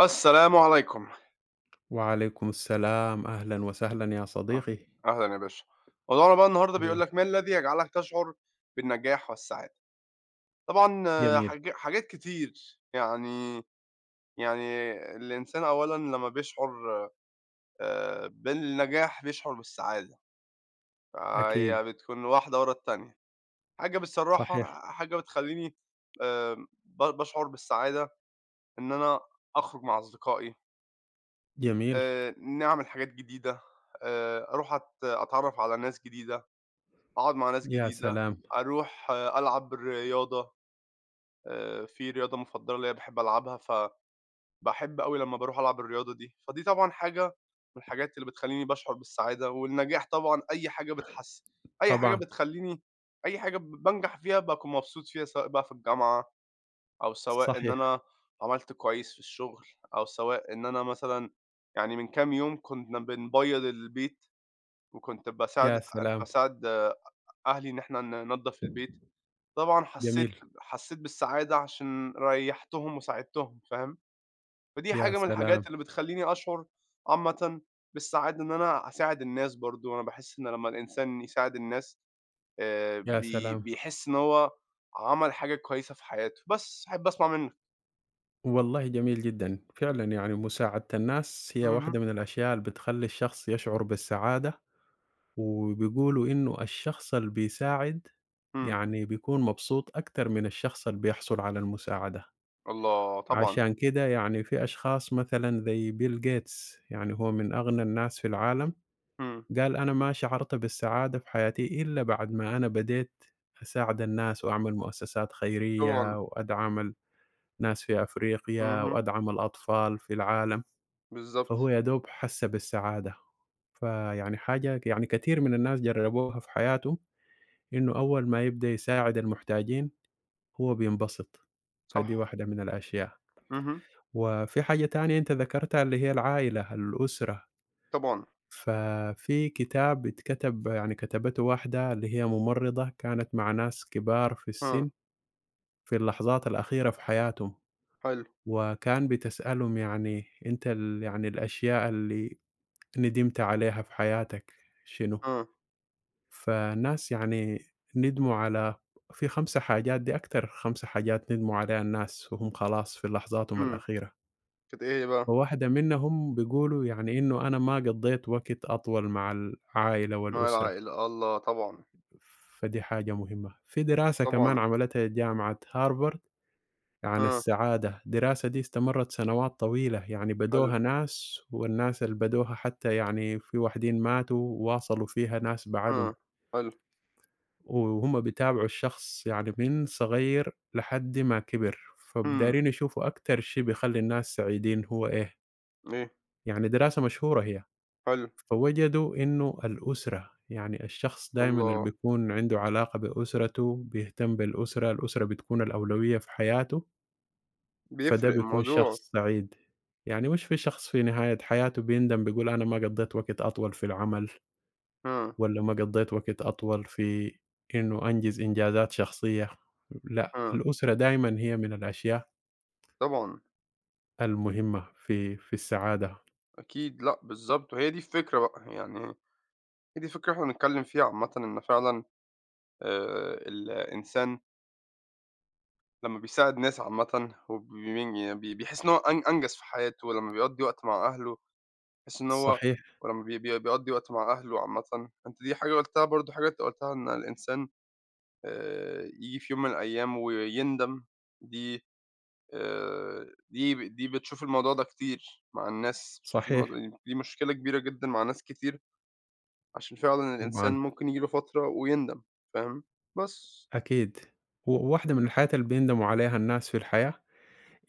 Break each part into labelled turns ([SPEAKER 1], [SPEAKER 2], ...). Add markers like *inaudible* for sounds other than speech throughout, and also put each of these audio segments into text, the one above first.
[SPEAKER 1] السلام عليكم.
[SPEAKER 2] وعليكم السلام، أهلًا وسهلًا يا
[SPEAKER 1] أه،
[SPEAKER 2] صديقي.
[SPEAKER 1] أهلًا يا باشا. موضوعنا بقى النهارده بيقول
[SPEAKER 2] والله
[SPEAKER 1] لك: "ما الذي يجعلك تشعر بالنجاح والسعادة؟" طبعًا
[SPEAKER 2] جميل،
[SPEAKER 1] حاجات كتير، يعني الإنسان أولًا لمّا بيشعر بالنجاح بيشعر بالسعادة،
[SPEAKER 2] أكيد،
[SPEAKER 1] فهي بتكون واحدة ورا التانية.
[SPEAKER 2] صحيح،
[SPEAKER 1] بصراحة حاجة بتخلّيني آمم ب باشعر بالسعادة إن أنا أخرج مع أصدقائي،
[SPEAKER 2] جميل،
[SPEAKER 1] نعمل حاجات جديدة، أروح أتعرّف على ناس جديدة. أقعد مع ناس
[SPEAKER 2] يا
[SPEAKER 1] جديدة،
[SPEAKER 2] سلام،
[SPEAKER 1] أروح ألعب رياضة، في رياضة مُفضّلة ليّا باحب ألعبها، فباحب أوي لمّا باروح ألعب الرياضة دي، فدي طبعًا حاجة من الحاجات اللي بتخلّيني باشعُر بالسعادة والنجاح. طبعًا أي حاجة
[SPEAKER 2] طبعًا،
[SPEAKER 1] بتخلّيني أي حاجة ب بانجح فيها باكون مبسوط فيها، سواء بقى في الجامعة أو سواء إن أنا
[SPEAKER 2] صحيح،
[SPEAKER 1] عملت كويس في الشغل أو سواء إن أنا مثلًا يعني من كام يوم كُنّا بنبيّض البيت، وكنت باساعد
[SPEAKER 2] يا
[SPEAKER 1] أنا كنت
[SPEAKER 2] سلام،
[SPEAKER 1] باساعد أهلي إن إحنا ننضّف البيت. طبعًا حسّيت
[SPEAKER 2] جميل،
[SPEAKER 1] حسّيت بالسعادة عشان ريّحتهم وساعدتهم، فاهم؟ فدي
[SPEAKER 2] يا
[SPEAKER 1] حاجة من الحاجات
[SPEAKER 2] سلام،
[SPEAKER 1] اللي بتخلّيني أشعر عامةً بالسعادة. إن أنا أساعد الناس برضه، أنا باحس إن لمّا الإنسان يساعد الناس
[SPEAKER 2] يا
[SPEAKER 1] بي
[SPEAKER 2] سلام،
[SPEAKER 1] بيحس إن هو عمل حاجة كويسة في حياته، بس أحب أسمع منّك.
[SPEAKER 2] والله جميل جدًا، فعلًا يعني مساعدة الناس هي
[SPEAKER 1] اهم.
[SPEAKER 2] واحدة من الأشياء اللي بتخلّي الشخص يشعر بالسعادة، وبيقولوا إنه الشخص اللي بيساعد
[SPEAKER 1] إمم.
[SPEAKER 2] يعني بيكون مبسوط أكتر من الشخص اللي بيحصل على المساعدة.
[SPEAKER 1] الله! طبعًا.
[SPEAKER 2] عشان كده يعني في أشخاص مثلًا زي بيل غيتس، يعني هو من أغنى الناس في العالم،
[SPEAKER 1] إمم.
[SPEAKER 2] قال: "أنا ما شعرت بالسعادة في حياتي إلا بعد ما أنا بديت أساعد الناس وأعمل مؤسسات
[SPEAKER 1] طبعًا.
[SPEAKER 2] خيرية وأدعم الناس في أفريقيا
[SPEAKER 1] اهم.
[SPEAKER 2] وأدعم الأطفال في العالم." فهو
[SPEAKER 1] بالضبط.
[SPEAKER 2] يا دوب حس بالسعادة. فيعني حاجة يعني كتير من الناس جربوها في حياتهم، إنه أول ما يبدأ يساعد المحتاجين هو بينبسط.
[SPEAKER 1] صح.
[SPEAKER 2] فدي واحدة من الأشياء.
[SPEAKER 1] اهم.
[SPEAKER 2] وفي حاجة تانية أنت ذكرتها اللي هي العائلة، الأسرة،
[SPEAKER 1] طبعًا.
[SPEAKER 2] ففي كتاب اتكتب يعني كتبته واحدة اللي هي ممرضة كانت مع ناس كبار في
[SPEAKER 1] آه.
[SPEAKER 2] السن في اللحظات الأخيرة في حياتهم،
[SPEAKER 1] حلو.
[SPEAKER 2] وكان بتسألهم يعني أنت يعني الأشياء اللي ندمت عليها في حياتك شنو؟
[SPEAKER 1] آه.
[SPEAKER 2] فالناس يعني ندموا في 5 حاجات، دي أكتر 5 حاجات ندموا عليها الناس وهم خلاص في لحظاتهم
[SPEAKER 1] إمم.
[SPEAKER 2] الأخيرة.
[SPEAKER 1] كانت إيه هي بقى؟
[SPEAKER 2] وواحدة منهم بيقولوا يعني إنه أنا ما قضيت وقت أطول مع العائلة
[SPEAKER 1] مع
[SPEAKER 2] والأسرة،
[SPEAKER 1] العائلة، الله! طبعًا.
[SPEAKER 2] فدي حاجة مهمة. في دراسة كمان
[SPEAKER 1] طبعًا.
[SPEAKER 2] عملتها جامعة هارفارد عن
[SPEAKER 1] آه.
[SPEAKER 2] السعادة، الدراسة دي استمرت سنوات طويلة، يعني
[SPEAKER 1] حلو.
[SPEAKER 2] بدوها ناس والناس اللي بدوها حتى يعني في واحدين ماتوا وواصلوا فيها ناس بعدهم،
[SPEAKER 1] إمم. حلو.
[SPEAKER 2] وهم بيتابعوا الشخص يعني من صغير لحد ما كبر،
[SPEAKER 1] إمم.
[SPEAKER 2] فدايرين يشوفوا أكتر شي بيخلي الناس سعيدين هو إيه،
[SPEAKER 1] إيه؟
[SPEAKER 2] يعني دراسة مشهورة هي.
[SPEAKER 1] حلو.
[SPEAKER 2] فوجدوا إنه الأسرة، يعني الشخص دايمًا اللي
[SPEAKER 1] الله!
[SPEAKER 2] بيكون عنده علاقة بأسرته، بيهتم بالأسرة، الأسرة بتكون الأولوية في حياته، فده
[SPEAKER 1] بيفرق
[SPEAKER 2] بيكون
[SPEAKER 1] الموضوع.
[SPEAKER 2] شخص سعيد. يعني مش في شخص في نهاية حياته بيندم بيقول أنا ما قضيت وقت أطول في العمل،
[SPEAKER 1] إمم.
[SPEAKER 2] والّا ما قضيت وقت أطول في إنه أنجز إنجازات شخصية، لأ،
[SPEAKER 1] إمم.
[SPEAKER 2] الأسرة دايمًا هي من الأشياء
[SPEAKER 1] طبعًا.
[SPEAKER 2] المهمة في السعادة.
[SPEAKER 1] أكيد، لأ بالضبط، وهي دي الفكرة بقى، يعني هي دي الفكرة اللي إحنا بنتكلم فيها عامةً. إن فعلًا الإنسان لمّا بيساعد ناس عامةً وبي بي بيحس إن هو أنجز في حياته، ولمّا بيقضّي وقت مع أهله بيحس إن هو،
[SPEAKER 2] صحيح،
[SPEAKER 1] ولمّا بي بي بيقضّي وقت مع أهله عامةً. أنت دي حاجة قُلتها برضه حاجة أنت قُلتها إن الإنسان ييجي في يوم من الأيام ويندم. دي دي دي بتشوف الموضوع ده كتير مع الناس، بتشوف الموضوع
[SPEAKER 2] صحيح،
[SPEAKER 1] دي مشكلة كبيرة جدًا مع ناس كتير، عشان فعلًا الإنسان
[SPEAKER 2] طبعًا.
[SPEAKER 1] ممكن ييجي له فترة ويندم، فاهم؟ بس.
[SPEAKER 2] أكيد. واحدة من الحاجات اللي بيندموا عليها الناس في الحياة،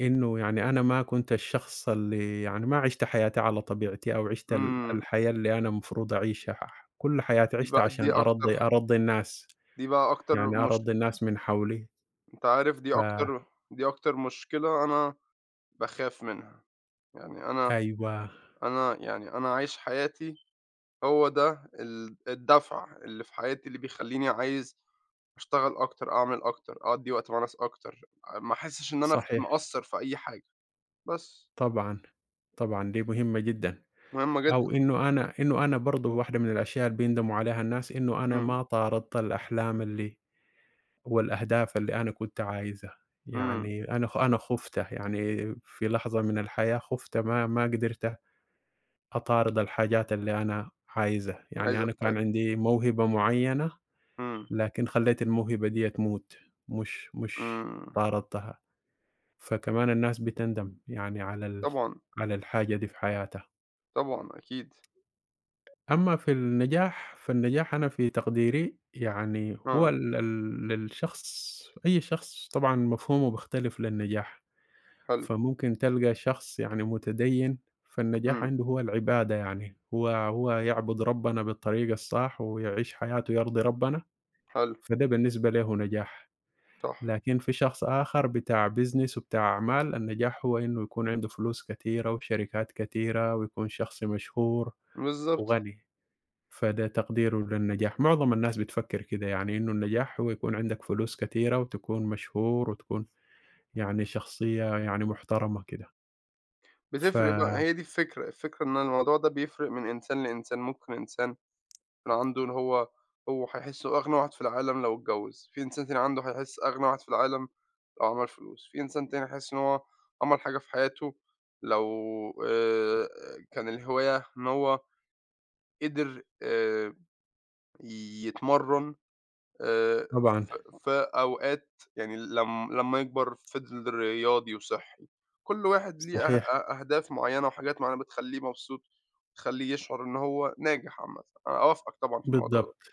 [SPEAKER 2] إنه يعني أنا ما كنت الشخص اللي يعني ما عِشت حياتي على طبيعتي أو عِشت
[SPEAKER 1] إمم.
[SPEAKER 2] الحياة اللي أنا المفروض أعيشها، كل حياتي
[SPEAKER 1] دي
[SPEAKER 2] عِشتها
[SPEAKER 1] بقى دي
[SPEAKER 2] عشان
[SPEAKER 1] أكتر
[SPEAKER 2] أرضّي
[SPEAKER 1] ح
[SPEAKER 2] أرضّي الناس،
[SPEAKER 1] دي بقى أكتر
[SPEAKER 2] يعني
[SPEAKER 1] مش
[SPEAKER 2] أرضّي الناس من حوْلي
[SPEAKER 1] أنت عارف، دي
[SPEAKER 2] ف
[SPEAKER 1] أكتر دي أكتر مشكلة أنا باخاف منها. يعني
[SPEAKER 2] أيوه،
[SPEAKER 1] أنا عايش حياتي، هو ده الدفع اللي في حياتي اللي بيخلّيني عايز أشتغل أكتر، أعمل أكتر، أقضّي وقت مع ناس أكتر، ما أحسّش إن أنا
[SPEAKER 2] صحيح،
[SPEAKER 1] مقصّر في أي حاجة، بس.
[SPEAKER 2] طبعًا، طبعًا دي مهمة جدًا.
[SPEAKER 1] مهمة جدًا.
[SPEAKER 2] أو إنه أنا إنه أنا برضه واحدة من الأشياء اللي بيندموا عليها الناس، إنه أنا
[SPEAKER 1] إمم.
[SPEAKER 2] ما طاردت الأحلام اللي والأهداف اللي أنا كنت عايزها،
[SPEAKER 1] إمم.
[SPEAKER 2] يعني أنا خُفت يعني في لحظة من الحياة خُفت ما قدرت أطارد الحاجات اللي أنا عايزها، يعني
[SPEAKER 1] عايزها
[SPEAKER 2] أنا
[SPEAKER 1] في
[SPEAKER 2] كان
[SPEAKER 1] حياتي.
[SPEAKER 2] عندي موهبة معيّنة،
[SPEAKER 1] إمم.
[SPEAKER 2] لكن خلّيت الموهبة ديّة تموت، مش
[SPEAKER 1] إمم.
[SPEAKER 2] طاردتها، فكمان الناس بتندم يعني
[SPEAKER 1] طبعًا.
[SPEAKER 2] على الحاجة دي في حياتها.
[SPEAKER 1] طبعًا أكيد.
[SPEAKER 2] أمّا في النجاح، فالنجاح أنا في تقديري يعني هو
[SPEAKER 1] آه.
[SPEAKER 2] ال ال الشخص أي شخص طبعًا مفهومه بيختلف للنجاح.
[SPEAKER 1] حلو.
[SPEAKER 2] فممكن تلقى شخص يعني متدين، فالنجاح
[SPEAKER 1] إمم.
[SPEAKER 2] عنده هو العبادة يعني، هو يعبد ربنا بالطريقة الصح ويعيش حياته يرضي ربنا،
[SPEAKER 1] حلو.
[SPEAKER 2] فده بالنسبة له نجاح.
[SPEAKER 1] صح.
[SPEAKER 2] لكن في شخص آخر بتاع business وبتاع أعمال، النجاح هو إنه يكون عنده فلوس كتيرة وشركات كتيرة ويكون شخص مشهور
[SPEAKER 1] بالضبط.
[SPEAKER 2] وغني، فده تقديره للنجاح. معظم الناس بتفكر كده يعني إنه النجاح هو يكون عندك فلوس كتيرة وتكون مشهور وتكون يعني شخصية يعني محترمة كده. ف
[SPEAKER 1] بتفرق بقى، هي دي الفكرة، الفكرة إن الموضوع ده بيفرق من إنسان لإنسان. ممكن إنسان كان عنده إن هو هيحس أغنى واحد في العالم لو اتجوّز، في إنسان تاني عنده هيحس أغنى واحد في العالم لو عمل فلوس، في إنسان تاني هيحس إن هو عمل حاجة في حياته لو آآ كان الهواية إن هو قدر يتمرّن
[SPEAKER 2] طبعًا،
[SPEAKER 1] ف في أوقات، يعني لم لمّا يكبر فضل رياضي وصحّي. كل واحد ليه أه
[SPEAKER 2] صحيح،
[SPEAKER 1] أ أهداف معيّنة وحاجات معيّنة بتخلّيه مبسوط، بتخلّيه يشعر إن هو ناجح عامةً. أنا أوافقك طبعًا في الموضوع ده.
[SPEAKER 2] بالضبط،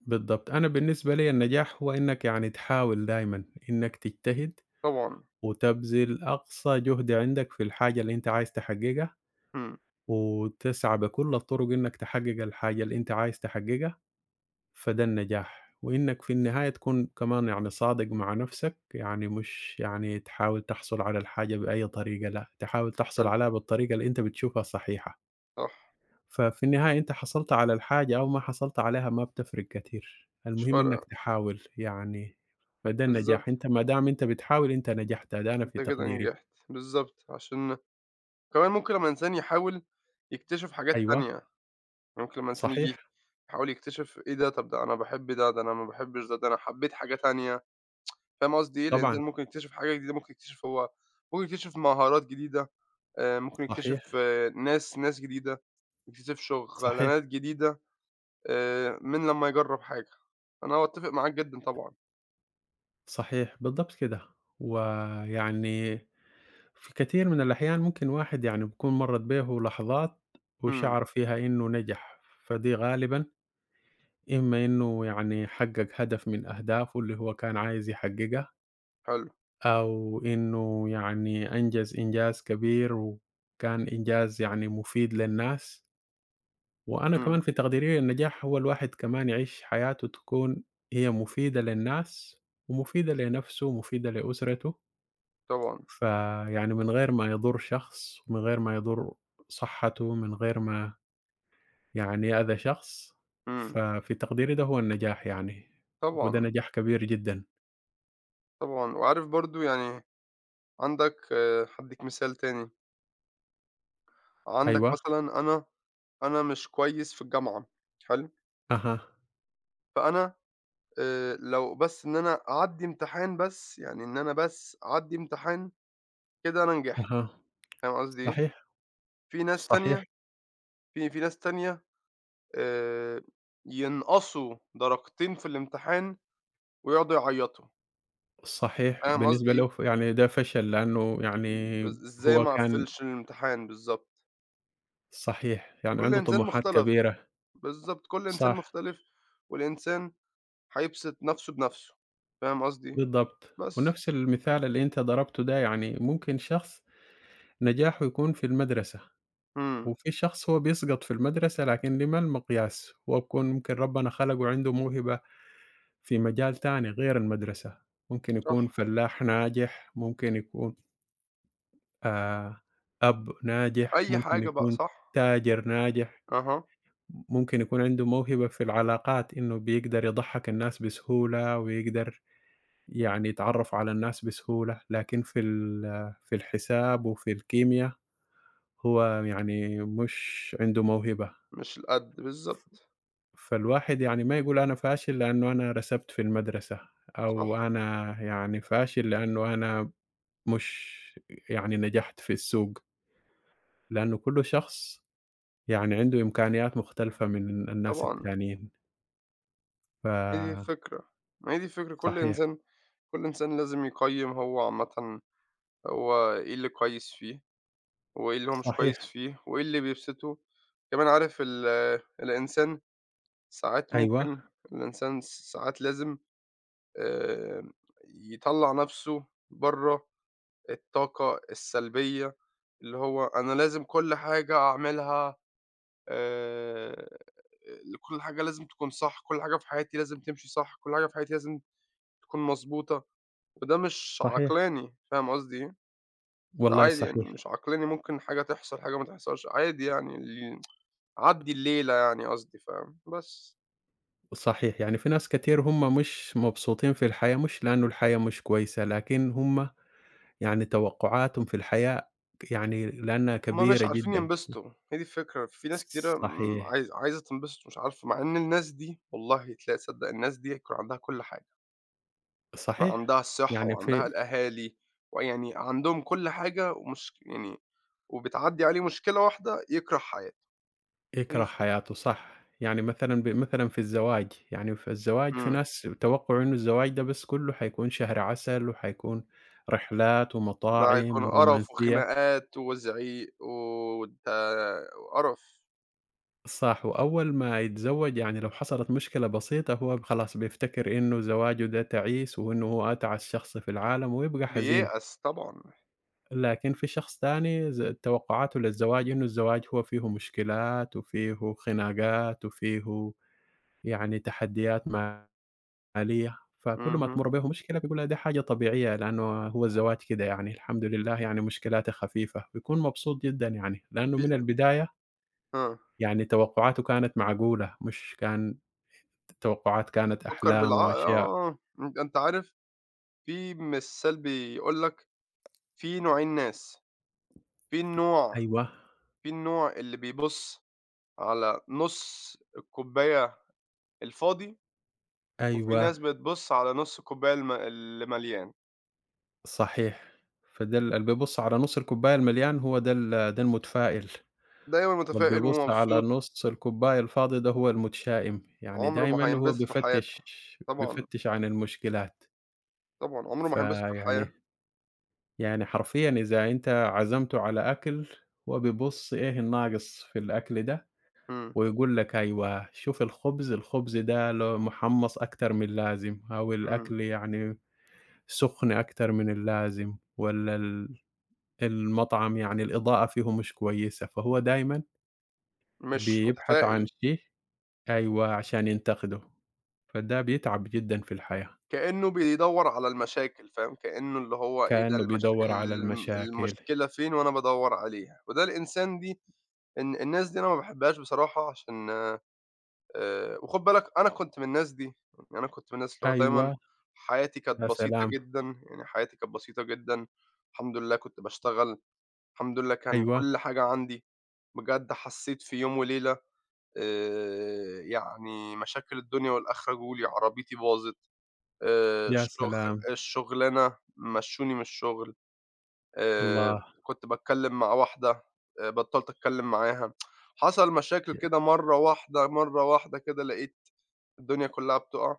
[SPEAKER 2] بالضبط. أنا بالنسبة لي النجاح هو إنك يعني تحاول دايمًا، إنك تجتهد
[SPEAKER 1] طبعًا.
[SPEAKER 2] وتبذل أقصى جهد عندك في الحاجة اللي أنت عايز تحققها،
[SPEAKER 1] إمم.
[SPEAKER 2] وتسعى بكل الطرق إنك تحقق الحاجة اللي أنت عايز تحققها، فده النجاح. وإنك في النهاية تكون كمان يعني صادق مع نفسك، يعني مش يعني تحاول تحصل على الحاجة بأي طريقة، لأ، تحاول تحصل
[SPEAKER 1] حلو.
[SPEAKER 2] عليها بالطريقة اللي أنت بتشوفها صحيحة.
[SPEAKER 1] صح.
[SPEAKER 2] ففي النهاية أنت حصلت على الحاجة أو ما حصلت عليها ما بتفرق كتير،
[SPEAKER 1] مش
[SPEAKER 2] المهم
[SPEAKER 1] فارقة.
[SPEAKER 2] إنك تحاول يعني، فده
[SPEAKER 1] بالضبط،
[SPEAKER 2] النجاح، أنت ما دام أنت بتحاول أنت نجحت، ده أنا
[SPEAKER 1] أنت
[SPEAKER 2] في
[SPEAKER 1] كده
[SPEAKER 2] تقديري.
[SPEAKER 1] نجحت، بالضبط، عشان كمان ممكن لمّا الإنسان يحاول يكتشف حاجات
[SPEAKER 2] أيوه،
[SPEAKER 1] تانية، ممكن لمّا الإنسان ييجي
[SPEAKER 2] صحيح،
[SPEAKER 1] يحاول يكتشف إيه ده، طب ده أنا باحب ده، ده أنا ما باحبش ده، ده أنا حبيت حاجة تانية، فاهم قصدي إيه؟
[SPEAKER 2] طبعًا،
[SPEAKER 1] الإنسان ممكن يكتشف حاجة جديدة، ممكن يكتشف مهارات جديدة، ممكن يكتشف
[SPEAKER 2] صحيح،
[SPEAKER 1] ناس جديدة، يكتشف
[SPEAKER 2] صحيح،
[SPEAKER 1] شغلانات جديدة، من لمّا يجرب حاجة. أنا أتفق معاك جدًا طبعًا.
[SPEAKER 2] صحيح، بالضبط كده، ويعني في كثير من الأحيان ممكن واحد يعني بيكون مرّت به لحظات
[SPEAKER 1] إمم.
[SPEAKER 2] وشعر فيها إنه نجح، فدي غالبًا إما إنه يعني حقق هدف من أهدافه اللي هو كان عايز يحققها
[SPEAKER 1] حلو.
[SPEAKER 2] أو إنه يعني أنجز إنجاز كبير وكان إنجاز يعني مفيد للناس، وأنا
[SPEAKER 1] إمم.
[SPEAKER 2] كمان في تقديري النجاح هو الواحد كمان يعيش حياته تكون هي مفيدة للناس ومفيدة لنفسه ومفيدة لأسرته،
[SPEAKER 1] طبعًا.
[SPEAKER 2] فيعني من غير ما يضر شخص، من غير ما يضر صحته، من غير ما يعني يأذى شخص،
[SPEAKER 1] إمم.
[SPEAKER 2] ففي تقديري ده هو النجاح يعني، وده
[SPEAKER 1] طبعًا.
[SPEAKER 2] نجاح كبير جدًا.
[SPEAKER 1] طبعًا، وعارف برضه يعني عندك، هادّيك مثال تاني، عندك
[SPEAKER 2] أيوه،
[SPEAKER 1] مثلًا أنا مش كويس في الجامعة، حلو،
[SPEAKER 2] أها،
[SPEAKER 1] فأنا لو بس إن أنا أعدّي امتحان بس، يعني إن أنا بس أعدّي امتحان، كده أنا نجحت،
[SPEAKER 2] أها،
[SPEAKER 1] فاهم قصدي إيه؟
[SPEAKER 2] صحيح،
[SPEAKER 1] في ناس
[SPEAKER 2] صحيح.
[SPEAKER 1] تانية في ناس تانية آآ، ينقصوا درجتين في الامتحان ويقعدوا يعيّطوا،
[SPEAKER 2] صحيح،
[SPEAKER 1] فاهم
[SPEAKER 2] بالنسبة
[SPEAKER 1] قصدي إيه؟
[SPEAKER 2] له يعني ده فشل لأنه يعني
[SPEAKER 1] إزاي
[SPEAKER 2] هو
[SPEAKER 1] ما
[SPEAKER 2] كان
[SPEAKER 1] أقفّلش الامتحان بالضبط.
[SPEAKER 2] صحيح، يعني
[SPEAKER 1] كل
[SPEAKER 2] عنده
[SPEAKER 1] إنسان
[SPEAKER 2] طموحات
[SPEAKER 1] مختلف.
[SPEAKER 2] كبيرة،
[SPEAKER 1] بالضبط، كل إنسان
[SPEAKER 2] صح،
[SPEAKER 1] مختلف، والإنسان هيبسط نَفْسه بنَفْسه، فاهم قصدي؟
[SPEAKER 2] بالضبط،
[SPEAKER 1] بس.
[SPEAKER 2] ونفس المثال اللي أنت ضربته ده يعني ممكن شخص نجاحه يكون في المدرسة،
[SPEAKER 1] إمم.
[SPEAKER 2] وفي شخص هو بيسقط في المدرسة لكن لما المقياس؟ هو بيكون ممكن ربنا خلقه عنده موهبة في مجال تاني غير المدرسة، ممكن
[SPEAKER 1] صح.
[SPEAKER 2] يكون فلاح ناجح، ممكن يكون آآ، أب ناجح،
[SPEAKER 1] أي
[SPEAKER 2] ممكن
[SPEAKER 1] حاجة بقى.
[SPEAKER 2] يكون
[SPEAKER 1] صح.
[SPEAKER 2] تاجر ناجح.
[SPEAKER 1] أها.
[SPEAKER 2] ممكن يكون عنده موهبة في العلاقات، إنه بيقدر يضحّك الناس بسهولة ويقدر يعني يتعرّف على الناس بسهولة، لكن في *hesitation* في الحساب وفي الكيميا هو يعني مش عنده موهبة،
[SPEAKER 1] مش القَد.
[SPEAKER 2] ف
[SPEAKER 1] بالضبط.
[SPEAKER 2] فالواحد يعني ما يقول أنا فاشل لأنه أنا رسبت في المدرسة،
[SPEAKER 1] صح.
[SPEAKER 2] أو أنا يعني فاشل لأنه أنا مش يعني نجحت في السوق، لأنه كل شخص يعني عنده إمكانيات مختلفة من الناس
[SPEAKER 1] طبعًا.
[SPEAKER 2] التانيين،
[SPEAKER 1] هي دي
[SPEAKER 2] ف
[SPEAKER 1] الفكرة، ما هي دي الفكرة، كل
[SPEAKER 2] صحيح.
[SPEAKER 1] إنسان كل إنسان لازم يقيّم هو عامةً هو إيه اللي كويس فيه، وإيه اللي هو مش كويس
[SPEAKER 2] صحيح،
[SPEAKER 1] فيه، وإيه اللي بيبسطه. كمان عارف الإنسان ساعات
[SPEAKER 2] أيوه،
[SPEAKER 1] ممكن الإنسان س ساعات لازم آآ، يطلّع نَفْسه برّه الطاقة السلبية، اللي هو أنا لازم كل حاجة أعملها آآ كل حاجة لازم تكون صح، كل حاجة في حياتي لازم تمشي صح، كل حاجة في حياتي لازم تكون مضبوطة، وده مش
[SPEAKER 2] صحيح،
[SPEAKER 1] عقلاني، فاهم قصدي إيه؟ ده
[SPEAKER 2] والله
[SPEAKER 1] عادي، يعني
[SPEAKER 2] صحيح،
[SPEAKER 1] مش عقلاني ممكن حاجة تحصل، حاجة ما تحصلش، عادي، يعني عدّي الليلة يعني قصدي، فاهم؟ بس.
[SPEAKER 2] صحيح، يعني في ناس كتير هم مش مبسوطين في الحياة مش لأنه الحياة مش كويسة، لكن هم يعني توقعاتهم في الحياة يعني لأنها
[SPEAKER 1] هُم مش
[SPEAKER 2] كبيرة
[SPEAKER 1] عارفين
[SPEAKER 2] جدًا،
[SPEAKER 1] ينبسطوا، هي دي الفكرة، في ناس كتيرة م
[SPEAKER 2] صحيح،
[SPEAKER 1] عايز عايزة تنبسط مش عارفة، مع إن الناس دي والله تلاقي تصدق الناس دي يكون عندها كل حاجة.
[SPEAKER 2] صحيح،
[SPEAKER 1] عندها الصحة
[SPEAKER 2] يعني
[SPEAKER 1] وعندها
[SPEAKER 2] في
[SPEAKER 1] الأهالي، ويعني عندهم كل حاجة ومش يعني، وبتعدّي عليه مشكلة واحدة يكره حياته، هي دي
[SPEAKER 2] يكره
[SPEAKER 1] الفكرة.
[SPEAKER 2] حياته صح، يعني مثلًا مثلًا في الزواج، يعني في الزواج في
[SPEAKER 1] إمم.
[SPEAKER 2] ناس توقعوا إنه الزواج ده بس كله حيكون شهر عسل وحيكون رحلات
[SPEAKER 1] ده هيكون
[SPEAKER 2] ومطاعم
[SPEAKER 1] قرف
[SPEAKER 2] ورومانسية.
[SPEAKER 1] وخناقات وزعيق وقرف.
[SPEAKER 2] صح، وأول ما يتزوّج يعني لو حصلت مشكلة بسيطة هو خلاص بيفتكر إنه زواجه ده تعيس، وإنه هو أتعس شخص في العالم ويبقى حزين،
[SPEAKER 1] بييأس طبعًا.
[SPEAKER 2] لكن في شخص تاني توقعاته للزواج إنه الزواج هو فيه مشكلات وفيه خناقات وفيه يعني تحديات مالية، فكل ما
[SPEAKER 1] اهم.
[SPEAKER 2] تمُر به مشكلة بيقول لها دي حاجة طبيعية لأنه هو الزواج كده يعني الحمد لله يعني مشكلاته خفيفة، بيكون مبسوط جدًا يعني، لأنه
[SPEAKER 1] في
[SPEAKER 2] من البداية
[SPEAKER 1] آه.
[SPEAKER 2] يعني توقعاته كانت معقولة مش كان توقعات كانت
[SPEAKER 1] فكّر
[SPEAKER 2] أحلام
[SPEAKER 1] بالعقل
[SPEAKER 2] وأشياء
[SPEAKER 1] آه. أنت عارف، في مثال بيقول لك في نوعين ناس، في النوع
[SPEAKER 2] أيوه،
[SPEAKER 1] في النوع اللي بيبُص على نُص الكوباية الفاضي، وفي ناس
[SPEAKER 2] أيوه،
[SPEAKER 1] بتبُص على نُص الكوباية اللي مليان،
[SPEAKER 2] صحيح. فده اللي بيبُص على نُص الكوباية المليان هو ده ده المتفائل،
[SPEAKER 1] دايمًا
[SPEAKER 2] واللي
[SPEAKER 1] متفائل
[SPEAKER 2] بيبُص على
[SPEAKER 1] ومبسوط.
[SPEAKER 2] نُص الكوباية الفاضي ده هو المتشائم، يعني
[SPEAKER 1] عمره ما
[SPEAKER 2] دايمًا هو
[SPEAKER 1] هينبسط في حياته.
[SPEAKER 2] بيفتش
[SPEAKER 1] طبعًا.
[SPEAKER 2] بيفتش عن المشكلات.
[SPEAKER 1] طبعًا، عمره ما هينبسط في الحياة.
[SPEAKER 2] فيعني يعني حرفيًا إذا أنت عزمته على أكل، هو بيبُص إيه الناقص في الأكل ده،
[SPEAKER 1] إمم.
[SPEAKER 2] ويقول لك أيوه، شوف الخبز، الخبز ده لو محمّص أكتر من اللازم أو
[SPEAKER 1] إمم.
[SPEAKER 2] الأكل يعني سُخن أكتر من اللازم والّا المطعم يعني الإضاءة فيه مش كويسة، فهو دايمًا
[SPEAKER 1] مش
[SPEAKER 2] بيبحث عن
[SPEAKER 1] متفائل.
[SPEAKER 2] شيء أيوه، عشان ينتقده، فده بيتعب جدًا في الحياة،
[SPEAKER 1] كإنه بيدوّر على المشاكل، فاهم؟ كإنه اللي هو إيه ده،
[SPEAKER 2] كأنه بيدوّر على المشاكل.
[SPEAKER 1] المشكلة فين وأنا بادوّر عليها، وده الإنسان دي، الناس دي أنا ما باحبهاش بصراحة عشان وخُد بالك أنا كنت من الناس دي. يعني أنا كنت من الناس اللي هو دايمًا
[SPEAKER 2] أيوه،
[SPEAKER 1] حياتي كانت
[SPEAKER 2] يا
[SPEAKER 1] بسيطة
[SPEAKER 2] سلام،
[SPEAKER 1] جدًا، يعني حياتي كانت بسيطة جدًا، الحمد لله كنت باشتغل، الحمد لله كان
[SPEAKER 2] أيوه،
[SPEAKER 1] كل حاجة عندي، بجد حسّيت في يوم وليلة يعني مشاكل الدنيا والآخرة جُه لي، عربيتي باظت، آآ
[SPEAKER 2] يا
[SPEAKER 1] الشغ
[SPEAKER 2] سلام،
[SPEAKER 1] الشغلانة مشّوني من الشغل، آآ
[SPEAKER 2] الله،
[SPEAKER 1] كنت باتكلّم مع واحدة، بطّلت أتكلّم معاها، حصل مشاكل
[SPEAKER 2] ي
[SPEAKER 1] كده مرّة واحدة، مرّة واحدة كده لقيت الدنيا كلّها بتُقع،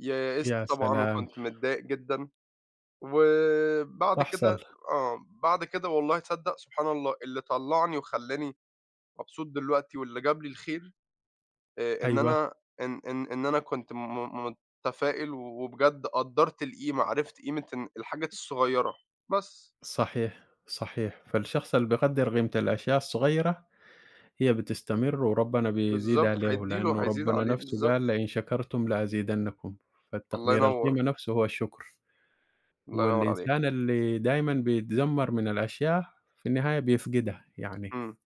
[SPEAKER 1] يأست
[SPEAKER 2] يا
[SPEAKER 1] طبعًا
[SPEAKER 2] سلام،
[SPEAKER 1] وكنت متضايق جدًا. وبعد
[SPEAKER 2] تحصل،
[SPEAKER 1] كده آه، بعد كده والله تصدّق، سبحان الله، اللي طلّعني وخلّاني مبسوط دلوقتي واللي جاب لي الخير، آآ، إن
[SPEAKER 2] أيوه،
[SPEAKER 1] أنا إن أنا كنت متفائل، وبجد قدّرت القيمة، عرفت قيمة إن الحاجات الصغيّرة. بس.
[SPEAKER 2] صحيح، صحيح، فالشخص اللي بيقدّر قيمة الأشياء الصغيرة هي بتستمر وربنا بيزيد
[SPEAKER 1] بالضبط،
[SPEAKER 2] عليه،
[SPEAKER 1] هيدّي له
[SPEAKER 2] لأنه
[SPEAKER 1] هيزيد
[SPEAKER 2] ربنا
[SPEAKER 1] عليه
[SPEAKER 2] نفسه
[SPEAKER 1] بالضبط.
[SPEAKER 2] قال: "لئن شكرتم لأزيدنكم."
[SPEAKER 1] الله
[SPEAKER 2] فالتقدير
[SPEAKER 1] ينوّر.
[SPEAKER 2] القيمة نفسه هو الشكر،
[SPEAKER 1] الله ينوّر عليك.
[SPEAKER 2] والإنسان اللي دايمًا بيتذمر من الأشياء في النهاية بيفقدها يعني،
[SPEAKER 1] إمم.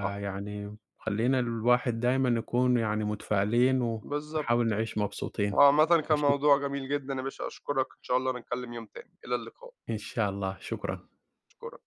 [SPEAKER 1] صح.
[SPEAKER 2] خلّينا الواحد دايمًا نكون يعني متفائلين
[SPEAKER 1] بالضبط.
[SPEAKER 2] ونحاول نعيش مبسوطين.
[SPEAKER 1] وعامةً كان
[SPEAKER 2] وشك
[SPEAKER 1] موضوع جميل جدًا يا باشا، أشكرك، إن شاء الله نتكلم يوم تاني، إلى اللقاء،
[SPEAKER 2] إن شاء الله، شكرًا.
[SPEAKER 1] أشكرك.